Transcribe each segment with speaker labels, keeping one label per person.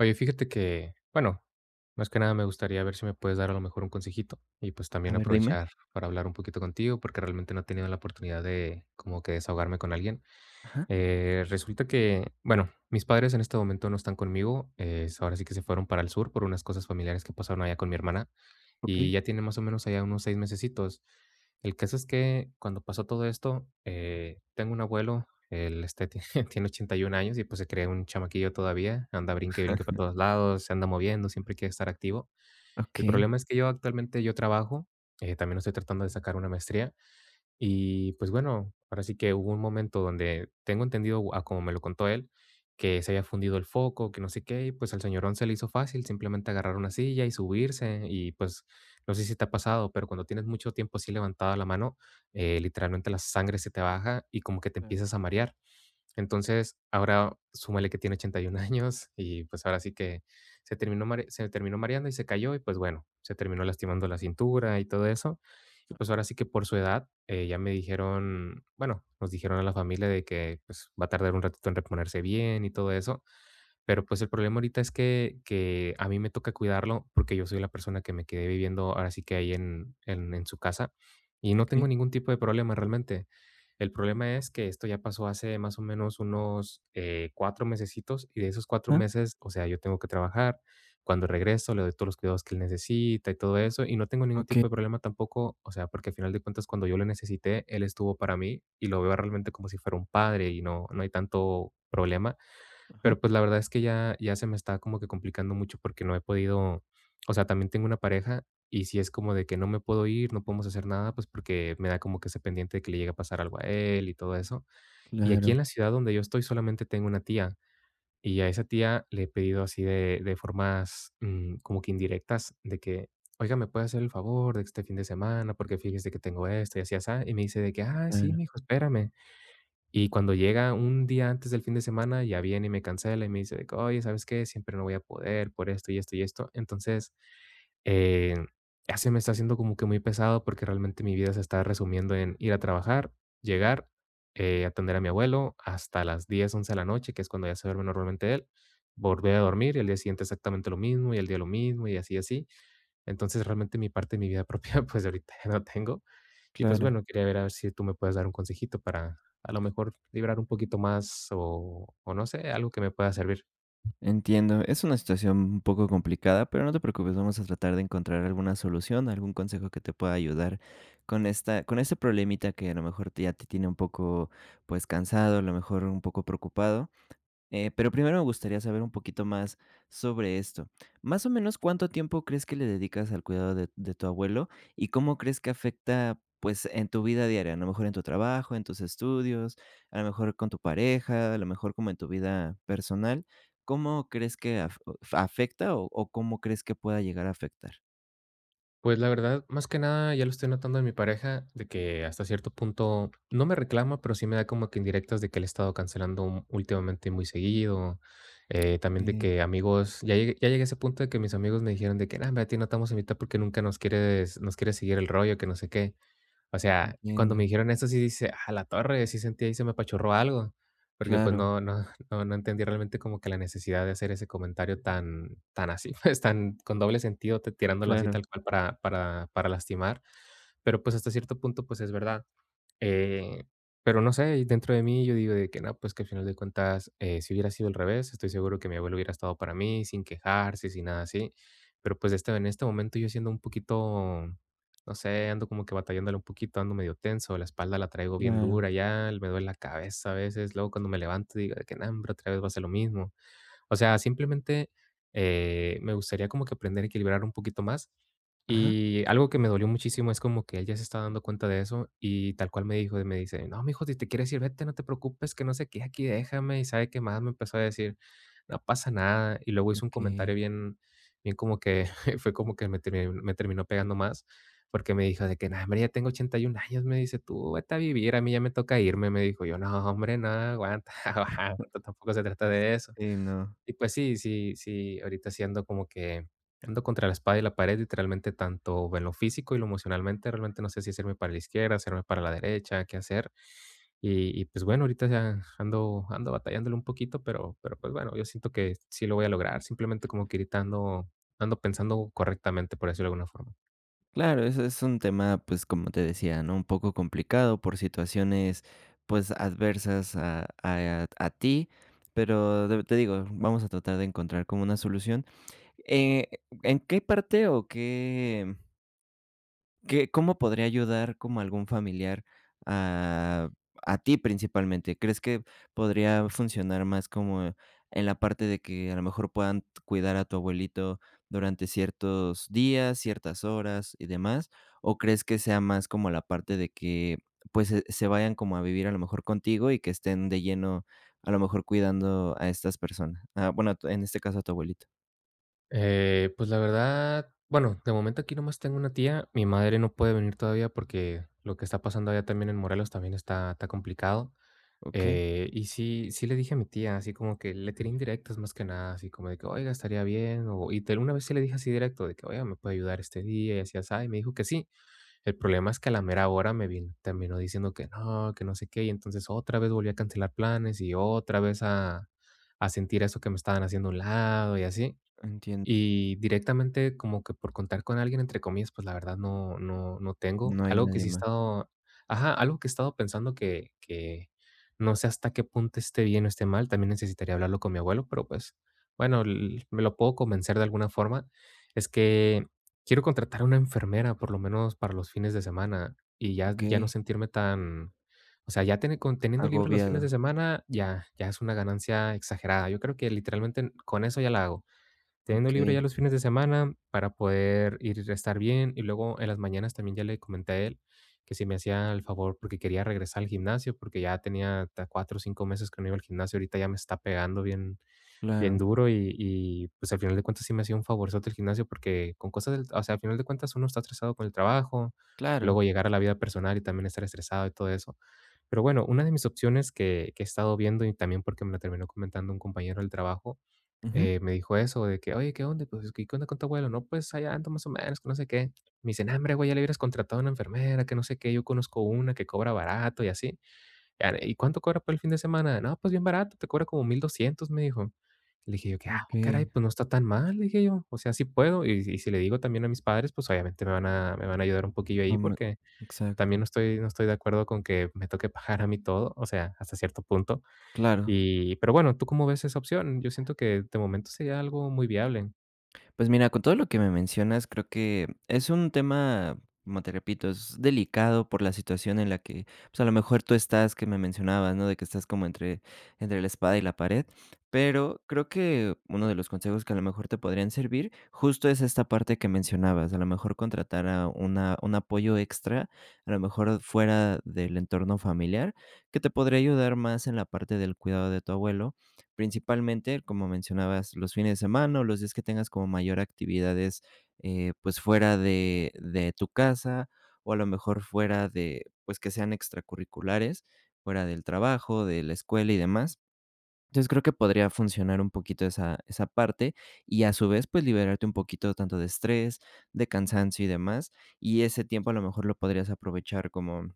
Speaker 1: Oye, fíjate que, bueno, más que nada me gustaría ver si me puedes dar a lo mejor un consejito y pues
Speaker 2: A
Speaker 1: también
Speaker 2: ver, dime.
Speaker 1: aprovechar para hablar un poquito contigo porque realmente no he tenido la oportunidad de como que desahogarme con alguien.
Speaker 2: Ajá.
Speaker 1: Resulta que, bueno, mis padres en este momento no están conmigo, es ahora sí que se fueron para el sur por unas cosas familiares que pasaron allá con mi hermana
Speaker 2: Okey,
Speaker 1: y ya tiene más o menos allá unos 6 mesecitos. El caso es que cuando pasó todo esto, tengo un abuelo, él este, tiene 81 años y pues se cree un chamaquillo todavía, anda brinque y brinque para todos lados, se anda moviendo, siempre quiere estar activo. El
Speaker 2: okey.
Speaker 1: problema es que yo actualmente yo trabajo, también estoy tratando de sacar una maestría y pues bueno, ahora sí que hubo un momento donde tengo entendido, a como me lo contó él, que se había fundido el foco, que no sé qué, y pues al señorón se le hizo fácil simplemente agarrar una silla y subirse. Y pues no sé si te ha pasado, pero cuando tienes mucho tiempo así levantada la mano, literalmente la sangre se te baja y como que te
Speaker 2: Claro,
Speaker 1: empiezas a marear. Entonces, ahora súmale que tiene 81 años y, pues, ahora sí que se terminó mareando y se cayó y, pues, bueno, se terminó lastimando la cintura y todo eso. Y, pues, ahora sí que por su edad, ya me dijeron, bueno, nos dijeron a la familia de que, pues, va a tardar un ratito en reponerse bien y todo eso. Pero, pues, el problema ahorita es que a mí me toca cuidarlo, porque yo soy la persona que me quedé viviendo ahora sí que ahí en su casa, y no tengo
Speaker 2: okey.
Speaker 1: ningún tipo de problema realmente. El problema es que esto ya pasó hace más o menos unos, 4 mesecitos, y de esos cuatro
Speaker 2: Ajá.
Speaker 1: meses, o sea, yo tengo que trabajar. Cuando regreso, le doy todos los cuidados que él necesita y todo eso, y no tengo ningún
Speaker 2: Okey.
Speaker 1: tipo de problema tampoco, o sea, porque al final de cuentas, cuando yo lo necesité, él estuvo para mí, y lo veo realmente como si fuera un padre, y no hay tanto problema.
Speaker 2: Ajá.
Speaker 1: Pero, pues, la verdad es que ya ya se me está como que complicando mucho porque no he podido, o sea, también tengo una pareja, y si es como de que no me puedo ir, no podemos hacer nada, pues, porque me da como que ese pendiente de que le llegue a pasar algo a él y todo eso. Y aquí
Speaker 2: Claro,
Speaker 1: en la ciudad donde yo estoy solamente tengo una tía, y a esa tía le he pedido así de formas, como que indirectas, de que: "Oiga, ¿me puede hacer el favor de este fin de semana? Porque fíjese que tengo esto y así, así. Y me dice de que: ah, sí,
Speaker 2: claro,
Speaker 1: mijo, espérame". Y cuando llega un día antes del fin de semana, ya viene y me cancela y me dice de que: "Oye, ¿sabes qué? Siempre no voy a poder por esto y esto y esto". Entonces, eh, ya se me está haciendo como que muy pesado porque realmente mi vida se está resumiendo en ir a trabajar, llegar, atender a mi abuelo hasta las 10 11 de la noche, que es cuando ya se duerme normalmente él, volver a dormir y el día siguiente exactamente lo mismo y el día lo mismo y así, así. Entonces, realmente mi parte de mi vida propia, pues ahorita ya no tengo. Y pues
Speaker 2: claro.
Speaker 1: bueno, quería ver a ver si tú me puedes dar un consejito para a lo mejor librar un poquito más o no sé, algo que me pueda servir.
Speaker 2: Entiendo. Es una situación un poco complicada, pero no te preocupes, vamos a tratar de encontrar alguna solución, algún consejo que te pueda ayudar con esta con este problemita que a lo mejor te ya te tiene un poco, pues, cansado, a lo mejor un poco preocupado. Pero primero me gustaría saber un poquito más sobre esto. Más o menos, ¿cuánto tiempo crees que le dedicas al cuidado de tu abuelo? Y ¿cómo crees que afecta, pues, en tu vida diaria? A lo mejor en tu trabajo, en tus estudios, a lo mejor con tu pareja, a lo mejor como en tu vida personal. ¿Cómo crees que af afecta o cómo crees que pueda llegar a afectar?
Speaker 1: Pues la verdad, más que nada, ya lo estoy notando en mi pareja, de que hasta cierto punto no me reclama, pero sí me da como que indirectas de que le he estado cancelando últimamente muy seguido. También de
Speaker 2: Okey,
Speaker 1: que amigos, ya llegué a ese punto de que mis amigos me dijeron de que: "Nada, a ti no te vamos a invitar porque nunca nos quieres, nos quieres seguir el rollo, que no sé qué". O sea, cuando me
Speaker 2: entiendo.
Speaker 1: dijeron esto sí dice, a la torre, sí sentí ahí, se me apachurró algo, porque pues
Speaker 2: Claro,
Speaker 1: no entendí realmente como que la necesidad de hacer ese comentario tan tan así, pues tan con doble sentido, te tirándolo así tal
Speaker 2: claro,
Speaker 1: cual para lastimar, pero pues hasta cierto punto, pues es verdad. Eh, pero no sé, y dentro de mí yo digo de que no, pues que al final de cuentas, si hubiera sido al revés, estoy seguro que mi abuelo hubiera estado para mí, sin quejarse, sin nada así. Pero pues este, en este momento yo siendo un poquito, no sé, ando como que batallándole un poquito, ando medio tenso, la espalda la traigo bien
Speaker 2: claro.
Speaker 1: dura ya, me duele la cabeza a veces, luego cuando me levanto digo de que no, hombre, otra vez va a ser lo mismo. O sea, simplemente, me gustaría como que aprender a equilibrar un poquito más.
Speaker 2: Ajá.
Speaker 1: Y algo que me dolió muchísimo es como que él ya se está dando cuenta de eso y tal cual me dijo, me dice: "No, mijo, si te quieres ir, vete, no te preocupes, que no sé qué, aquí déjame", y sabe qué más, me empezó a decir: "No pasa nada". Y luego hizo un comentario
Speaker 2: Okey.
Speaker 1: bien bien como que fue como que me terminó pegando más, porque me dijo de que: "No, hombre, ya tengo 81 años", me dice: "Tú vete a vivir, a mí ya me toca irme", me dijo. Yo: "No, hombre, no, aguanta, aguanta, tampoco se trata de eso".
Speaker 2: Sí, no.
Speaker 1: Y pues sí, sí, sí, ahorita sí ando como que ando contra la espada y la pared, literalmente, tanto en lo físico y lo emocionalmente, realmente no sé si hacerme para la izquierda, hacerme para la derecha, qué hacer. Y, pues bueno, ahorita ya ando, ando batallándolo un poquito, pero pues bueno, yo siento que sí lo voy a lograr, simplemente como que ahorita ando, ando pensando correctamente, por decirlo de alguna forma.
Speaker 2: Claro, eso es un tema, pues, como te decía, ¿no? Un poco complicado por situaciones, pues, adversas a ti, pero de te digo, vamos a tratar de encontrar como una solución. Eh, ¿En qué parte o qué ¿qué cómo podría ayudar como algún familiar a a ti principalmente? ¿Crees que podría funcionar más como en la parte de que a lo mejor puedan cuidar a tu abuelito durante ciertos días, ciertas horas y demás? ¿O crees que sea más como la parte de que, pues, se vayan como a vivir a lo mejor contigo y que estén de lleno, a lo mejor cuidando a estas personas? Ah, bueno, a tu- en este caso a tu abuelito.
Speaker 1: Pues la verdad, bueno, de momento aquí nomás tengo una tía, mi madre no puede venir todavía porque lo que está pasando allá también en Morelos también está, está complicado.
Speaker 2: ¿Ok?
Speaker 1: Y sí, sí le dije a mi tía, así como que le tiré indirectas más que nada, así como de que, oiga, estaría bien, o, y una vez sí le dije así directo, de que, oiga, me puede ayudar este día, y así, así, y me dijo que sí. El problema es que a la mera hora me vino, terminó diciendo que no sé qué, y entonces otra vez volví a cancelar planes y otra vez a sentir eso que me estaban haciendo a un lado y así.
Speaker 2: Entiendo.
Speaker 1: Y directamente como que por contar con alguien, entre comillas, pues, la verdad no tengo.
Speaker 2: No hay
Speaker 1: Algo que
Speaker 2: nadie
Speaker 1: sí he
Speaker 2: más.
Speaker 1: estado, ajá, algo que he estado pensando que no sé hasta qué punto esté bien o esté mal, también necesitaría hablarlo con mi abuelo, pero, pues, bueno, l me lo puedo convencer de alguna forma. Es que quiero contratar a una enfermera, por lo menos para los fines de semana, y ya ya no
Speaker 2: Ok.
Speaker 1: sentirme tan, o sea, ya tener, con teniendo libre los fines de
Speaker 2: Agobiado.
Speaker 1: semana, ya ya es una ganancia exagerada. Yo creo que literalmente con eso ya la hago. Teniendo libre
Speaker 2: Okey,
Speaker 1: ya los fines de semana para poder ir a estar bien. Y luego en las mañanas también ya le comenté a él que si me hacía el favor, porque quería regresar al gimnasio, porque ya tenía 4 o 5 meses que no iba al gimnasio, ahorita ya me está pegando bien, bien
Speaker 2: claro,
Speaker 1: duro y, pues al final de cuentas sí me hacía un favorzote el gimnasio porque con cosas, del, o sea, al final de cuentas uno está estresado con el trabajo,
Speaker 2: claro.
Speaker 1: luego llegar a la vida personal y también estar estresado y todo eso. Pero bueno, una de mis opciones que he estado viendo y también porque me la terminó comentando un compañero del trabajo,
Speaker 2: Ujú.
Speaker 1: me dijo eso de que: "Oye, ¿qué onda? Pues, ¿qué qué onda con tu abuelo?". "No, pues, allá ando más o menos, que no sé qué". Me dice: "No, hombre, güey, ya le hubieras contratado a una enfermera, que no sé qué, yo conozco una que cobra barato y así". Ya, "¿Y cuánto cobra por el fin de semana?". "No, pues, bien barato, te cobra como 1,200", me dijo. Le dije yo que: "Ah, caray,
Speaker 2: Okey,
Speaker 1: pues, no está tan mal", le dije yo. "O sea, sí puedo". Y si le digo también a mis padres, pues, obviamente me van a ayudar un poquillo ahí,
Speaker 2: no me
Speaker 1: porque también
Speaker 2: exacto,
Speaker 1: no estoy de acuerdo con que me toque pagar a mí todo, o sea, hasta cierto punto.
Speaker 2: claro.
Speaker 1: Y, pero bueno, ¿tú cómo ves esa opción? Yo siento que de momento sería algo muy viable.
Speaker 2: Pues mira, con todo lo que me mencionas, creo que es un tema, como te repito, es delicado por la situación en la que, pues a lo mejor tú estás, que me mencionabas, ¿no? De que estás como entre, entre la espada y la pared, pero creo que uno de los consejos que a lo mejor te podrían servir justo es esta parte que mencionabas, a lo mejor contratar a una, un apoyo extra, a lo mejor fuera del entorno familiar, que te podría ayudar más en la parte del cuidado de tu abuelo. Principalmente, como mencionabas, los fines de semana o los días que tengas como mayor actividades, pues, fuera de tu casa, o a lo mejor fuera de, pues, que sean extracurriculares, fuera del trabajo, de la escuela y demás. Entonces, creo que podría funcionar un poquito esa parte, y a su vez, pues, liberarte un poquito tanto de estrés, de cansancio y demás, y ese tiempo a lo mejor lo podrías aprovechar como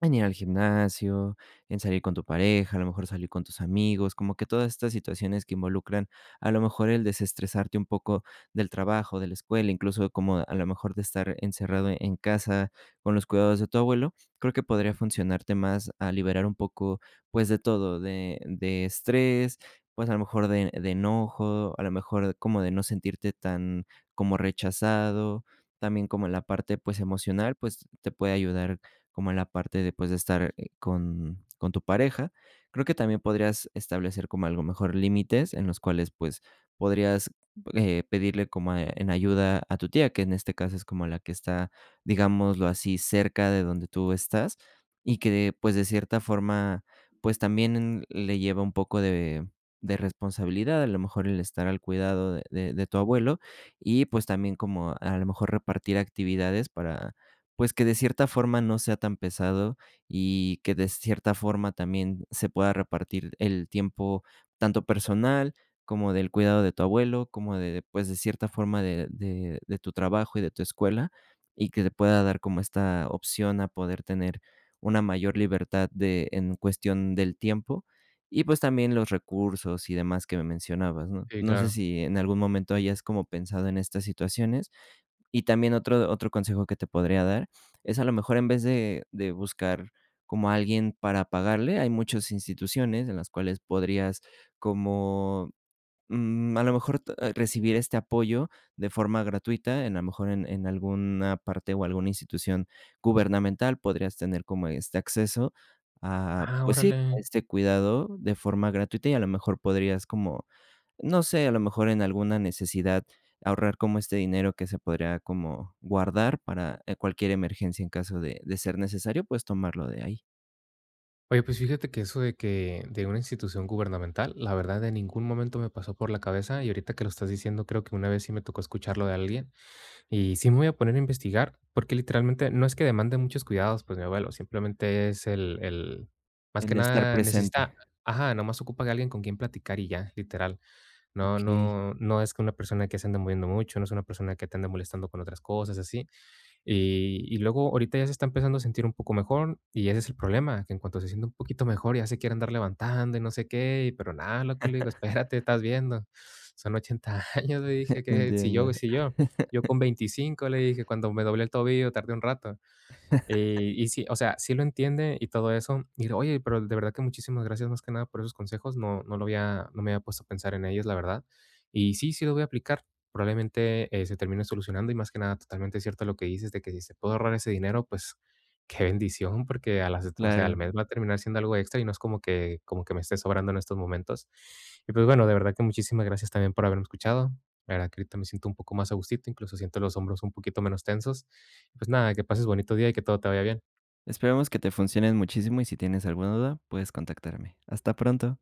Speaker 2: en ir al gimnasio, en salir con tu pareja, a lo mejor salir con tus amigos, como que todas estas situaciones que involucran a lo mejor el desestresarte un poco del trabajo, de la escuela, incluso como a lo mejor de estar encerrado en casa con los cuidados de tu abuelo, creo que podría funcionarte más a liberar un poco, pues, de todo, de estrés, pues, a lo mejor de enojo, a lo mejor como de no sentirte tan como rechazado, también como en la parte, pues, emocional, pues, te puede ayudar como en la parte de, pues, de estar, con tu pareja. Creo que también podrías establecer como algo mejor límites en los cuales, pues, podrías, pedirle como, en ayuda a tu tía, que en este caso es como la que está, digámoslo así, cerca de donde tú estás, y que, pues, de cierta forma, pues, también le lleva un poco de responsabilidad, a lo mejor el estar al cuidado de tu abuelo y, pues, también como a lo mejor repartir actividades para pues que de cierta forma no sea tan pesado y que de cierta forma también se pueda repartir el tiempo tanto personal como del cuidado de tu abuelo, como de, pues, de cierta forma de tu trabajo y de tu escuela, y que te pueda dar como esta opción a poder tener una mayor libertad de en cuestión del tiempo y, pues, también los recursos y demás que me mencionabas, ¿no?
Speaker 1: Sí,
Speaker 2: No sé
Speaker 1: claro.
Speaker 2: si en algún momento hayas como pensado en estas situaciones. Y también otro consejo que te podría dar es a lo mejor en vez de buscar como a alguien para pagarle, hay muchas instituciones en las cuales podrías como, a lo mejor t recibir este apoyo de forma gratuita, en a lo mejor en alguna parte o alguna institución gubernamental podrías tener como este acceso a,
Speaker 1: Ah,
Speaker 2: pues sí, a
Speaker 1: órale.
Speaker 2: este cuidado de forma gratuita y a lo mejor podrías como no sé, a lo mejor en alguna necesidad, ahorrar como este dinero que se podría como guardar para, cualquier emergencia en caso de ser necesario, pues, tomarlo de ahí.
Speaker 1: Oye, pues fíjate que eso de que de una institución gubernamental, la verdad en ningún momento me pasó por la cabeza y ahorita que lo estás diciendo creo que una vez sí me tocó escucharlo de alguien y sí me voy a poner a investigar porque literalmente no es que demande muchos cuidados, pues mi abuelo, simplemente es el, más que
Speaker 2: El estar
Speaker 1: nada
Speaker 2: presente.
Speaker 1: necesita, ajá, nomás ocupa que alguien con quien platicar y ya, literal.
Speaker 2: Okey,
Speaker 1: No es que una persona que se anda moviendo mucho, no es una persona que te ande molestando con otras cosas, así. Y luego ahorita ya se está empezando a sentir un poco mejor, y ese es el problema, que en cuanto se siente un poquito mejor, ya se quiere andar levantando y no sé qué, y pero nada, loco, le digo: "Espérate, estás viendo, son 80 años", le dije, que si
Speaker 2: entiendo.
Speaker 1: yo con 25 le dije, cuando me doblé el tobillo tardé un rato. Y sí, o sea, sí lo entiende y todo eso. Y digo, oye, pero de verdad que muchísimas gracias más que nada por esos consejos. No, no lo había, no me había puesto a pensar en ellos, la verdad. Y sí, sí lo voy a aplicar. Probablemente se termine solucionando y más que nada, totalmente cierto lo que dices de que si se puede ahorrar ese dinero, pues qué bendición, porque a las, o sea, al
Speaker 2: Claro.
Speaker 1: mes va a terminar siendo algo extra y no es como que me esté sobrando en estos momentos. Y pues bueno, de verdad que muchísimas gracias también por haberme escuchado. La verdad que ahorita me siento un poco más a gustito, incluso siento los hombros un poquito menos tensos. Pues nada, que pases bonito día y que todo te vaya bien.
Speaker 2: Esperemos que te funcionen muchísimo y si tienes alguna duda, puedes contactarme. Hasta pronto.